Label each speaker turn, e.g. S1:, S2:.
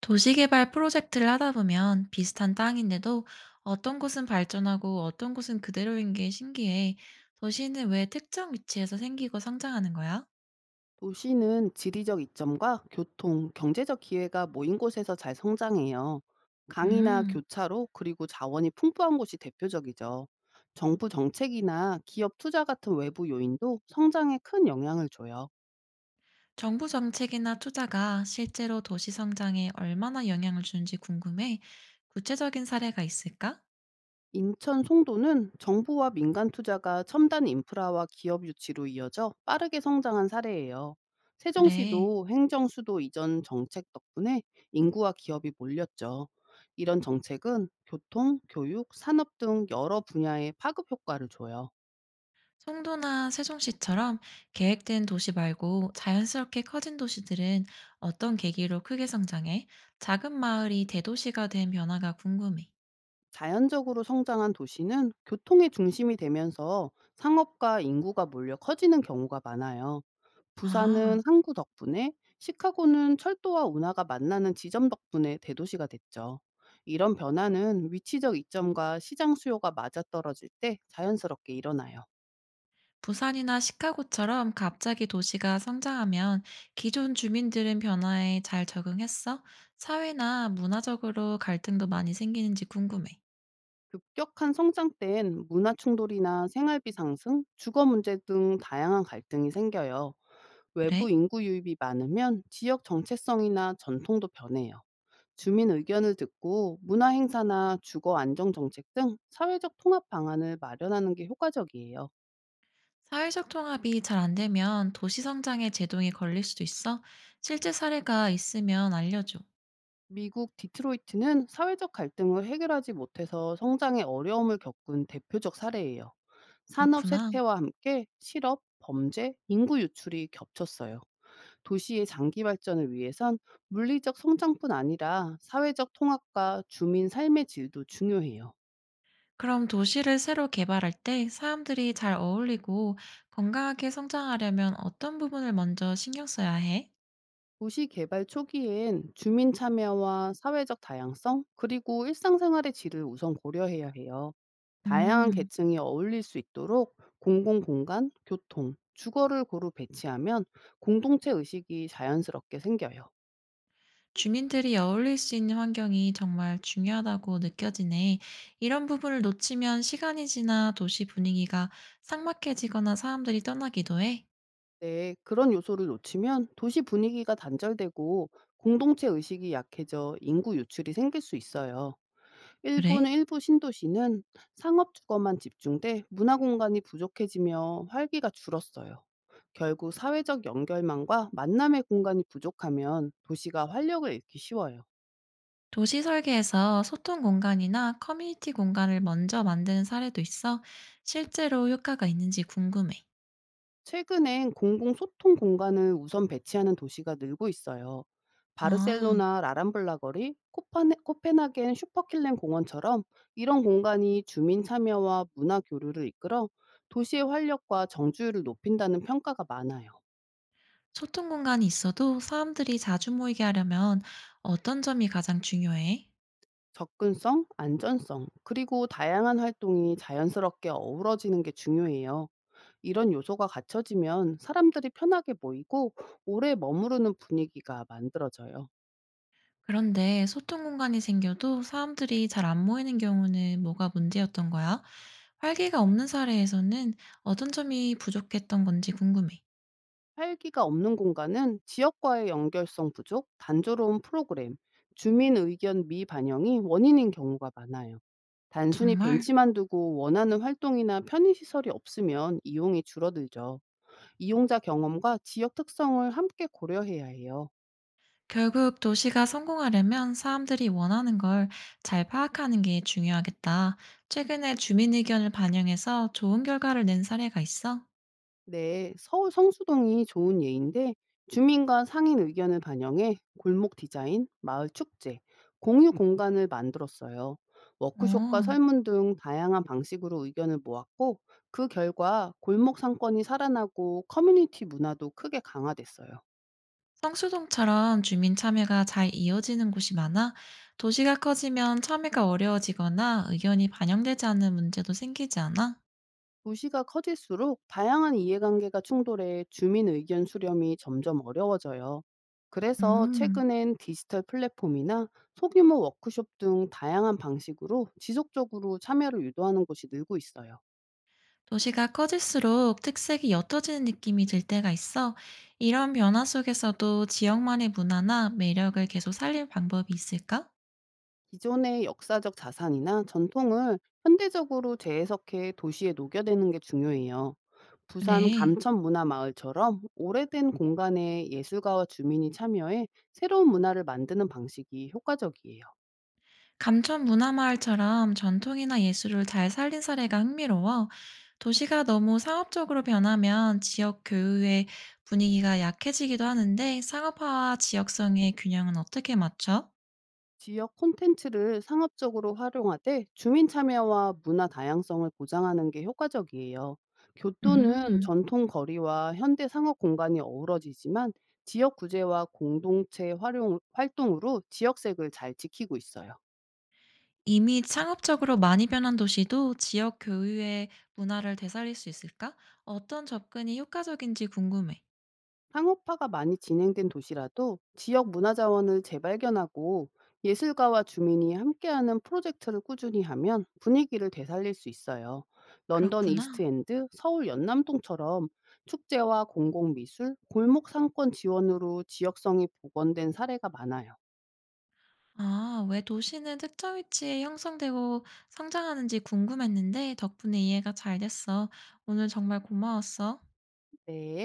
S1: 도시개발 프로젝트를 하다 보면 비슷한 땅인데도 어떤 곳은 발전하고 어떤 곳은 그대로인 게 신기해. 도시는 왜 특정 위치에서 생기고 성장하는 거야?
S2: 도시는 지리적 이점과 교통, 경제적 기회가 모인 곳에서 잘 성장해요. 강이나
S1: 음,
S2: 교차로 그리고 자원이 풍부한 곳이 대표적이죠. 정부 정책이나 기업 투자 같은 외부 요인도 성장에 큰 영향을 줘요.
S1: 정부 정책이나 투자가 실제로 도시 성장에 얼마나 영향을 주는지 궁금해. 구체적인 사례가 있을까?
S2: 인천 송도는 정부와 민간 투자가 첨단 인프라와 기업 유치로 이어져 빠르게 성장한 사례예요.
S1: 그래.
S2: 세종시도 행정 수도 이전 정책 덕분에 인구와 기업이 몰렸죠. 이런 정책은 교통, 교육, 산업 등 여러 분야에 파급 효과를 줘요.
S1: 송도나 세종시처럼 계획된 도시 말고 자연스럽게 커진 도시들은 어떤 계기로 크게 성장해? 작은 마을이 대도시가 된 변화가 궁금해.
S2: 자연적으로 성장한 도시는 교통의 중심이 되면서 상업과 인구가 몰려 커지는 경우가 많아요. 부산은
S1: 아,
S2: 항구 덕분에, 시카고는 철도와 운하가 만나는 지점 덕분에 대도시가 됐죠. 이런 변화는 위치적 이점과 시장 수요가 맞아떨어질 때 자연스럽게 일어나요.
S1: 부산이나 시카고처럼 갑자기 도시가 성장하면 기존 주민들은 변화에 잘 적응했어? 사회나 문화적으로 갈등도 많이 생기는지 궁금해.
S2: 급격한 성장 땐 문화 충돌이나 생활비 상승, 주거 문제 등 다양한 갈등이 생겨요. 외부
S1: 그래?
S2: 인구 유입이 많으면 지역 정체성이나 전통도 변해요. 주민 의견을 듣고 문화 행사나 주거 안정 정책 등 사회적 통합 방안을 마련하는 게 효과적이에요.
S1: 사회적 통합이 잘 안 되면 도시 성장에 제동이 걸릴 수도 있어? 실제 사례가 있으면 알려줘.
S2: 미국 디트로이트는 사회적 갈등을 해결하지 못해서 성장에 어려움을 겪은 대표적 사례예요. 산업
S1: 그렇구나.
S2: 쇠퇴와 함께 실업, 범죄, 인구 유출이 겹쳤어요. 도시의 장기 발전을 위해선 물리적 성장뿐 아니라 사회적 통합과 주민 삶의 질도 중요해요.
S1: 그럼 도시를 새로 개발할 때 사람들이 잘 어울리고 건강하게 성장하려면 어떤 부분을 먼저 신경 써야 해?
S2: 도시 개발 초기엔 주민 참여와 사회적 다양성, 그리고 일상생활의 질을 우선 고려해야 해요. 다양한
S1: 음.
S2: 계층이 어울릴 수 있도록 공공공간, 교통, 주거를 고루 배치하면 공동체 의식이 자연스럽게 생겨요.
S1: 주민들이 어울릴 수 있는 환경이 정말 중요하다고 느껴지네. 이런 부분을 놓치면 시간이 지나 도시 분위기가 삭막해지거나 사람들이 떠나기도 해.
S2: 네, 그런 요소를 놓치면 도시 분위기가 단절되고 공동체 의식이 약해져 인구 유출이 생길 수 있어요. 일본
S1: 그래?
S2: 일부 신도시는 상업 주거만 집중돼 문화 공간이 부족해지며 활기가 줄었어요. 결국 사회적 연결망과 만남의 공간이 부족하면 도시가 활력을 잃기 쉬워요.
S1: 도시 설계에서 소통 공간이나 커뮤니티 공간을 먼저 만드는 사례도 있어. 실제로 효과가 있는지 궁금해.
S2: 최근엔 공공 소통 공간을 우선 배치하는 도시가 늘고 있어요.
S1: 아,
S2: 바르셀로나 라람블라 거리, 코파네, 코펜하겐 슈퍼킬렌 공원처럼 이런 공간이 주민 참여와 문화 교류를 이끌어 도시의 활력과 정주율을 높인다는 평가가 많아요.
S1: 소통 공간이 있어도 사람들이 자주 모이게 하려면 어떤 점이 가장 중요해?
S2: 접근성, 안전성, 그리고 다양한 활동이 자연스럽게 어우러지는 게 중요해요. 이런 요소가 갖춰지면 사람들이 편하게 모이고 오래 머무르는 분위기가 만들어져요.
S1: 그런데 소통 공간이 생겨도 사람들이 잘 안 모이는 경우는 뭐가 문제였던 거야? 활기가 없는 사례에서는 어떤 점이 부족했던 건지 궁금해.
S2: 활기가 없는 공간은 지역과의 연결성 부족, 단조로운 프로그램, 주민 의견 미반영이 원인인 경우가 많아요. 단순히
S1: 정말?
S2: 벤치만 두고 원하는 활동이나 편의시설이 없으면 이용이 줄어들죠. 이용자 경험과 지역 특성을 함께 고려해야 해요.
S1: 결국 도시가 성공하려면 사람들이 원하는 걸 잘 파악하는 게 중요하겠다. 최근에 주민 의견을 반영해서 좋은 결과를 낸 사례가 있어?
S2: 네, 서울 성수동이 좋은 예인데 주민과 상인 의견을 반영해 골목 디자인, 마을 축제, 공유 공간을 만들었어요. 워크숍과
S1: 어.
S2: 설문 등 다양한 방식으로 의견을 모았고 그 결과 골목 상권이 살아나고 커뮤니티 문화도 크게 강화됐어요.
S1: 성수동처럼 주민 참여가 잘 이어지는 곳이 많아 도시가 커지면 참여가 어려워지거나 의견이 반영되지 않는 문제도 생기지 않아?
S2: 도시가 커질수록 다양한 이해관계가 충돌해 주민 의견 수렴이 점점 어려워져요. 그래서
S1: 음,
S2: 최근엔 디지털 플랫폼이나 소규모 워크숍 등 다양한 방식으로 지속적으로 참여를 유도하는 곳이 늘고 있어요.
S1: 도시가 커질수록 특색이 옅어지는 느낌이 들 때가 있어 이런 변화 속에서도 지역만의 문화나 매력을 계속 살릴 방법이 있을까?
S2: 기존의 역사적 자산이나 전통을 현대적으로 재해석해 도시에 녹여내는 게 중요해요. 부산
S1: 그래.
S2: 감천문화마을처럼 오래된 공간에 예술가와 주민이 참여해 새로운 문화를 만드는 방식이 효과적이에요.
S1: 감천 문화마을처럼 전통이나 예술을 잘 살린 사례가 흥미로워 도시가 너무 상업적으로 변하면 지역 교육의 분위기가 약해지기도 하는데 상업화와 지역성의 균형은 어떻게 맞춰?
S2: 지역 콘텐츠를 상업적으로 활용하되 주민 참여와 문화 다양성을 보장하는 게 효과적이에요.
S1: 음.
S2: 교토는
S1: 음,
S2: 전통 거리와 현대 상업 공간이 어우러지지만 지역 구제와 공동체 활용, 활동으로 지역색을 잘 지키고 있어요.
S1: 이미 창업적으로 많이 변한 도시도 지역 교육의 문화를 되살릴 수 있을까? 어떤 접근이 효과적인지 궁금해.
S2: 상업화가 많이 진행된 도시라도 지역 문화 자원을 재발견하고 예술가와 주민이 함께하는 프로젝트를 꾸준히 하면 분위기를 되살릴 수 있어요. 런던
S1: 그렇구나.
S2: 이스트엔드, 서울 연남동처럼 축제와 공공미술, 골목 상권 지원으로 지역성이 복원된 사례가 많아요.
S1: 아, 왜 도시는 특정 위치에 형성되고 성장하는지 궁금했는데 덕분에 이해가 잘 됐어. 오늘 정말 고마웠어.
S2: 네.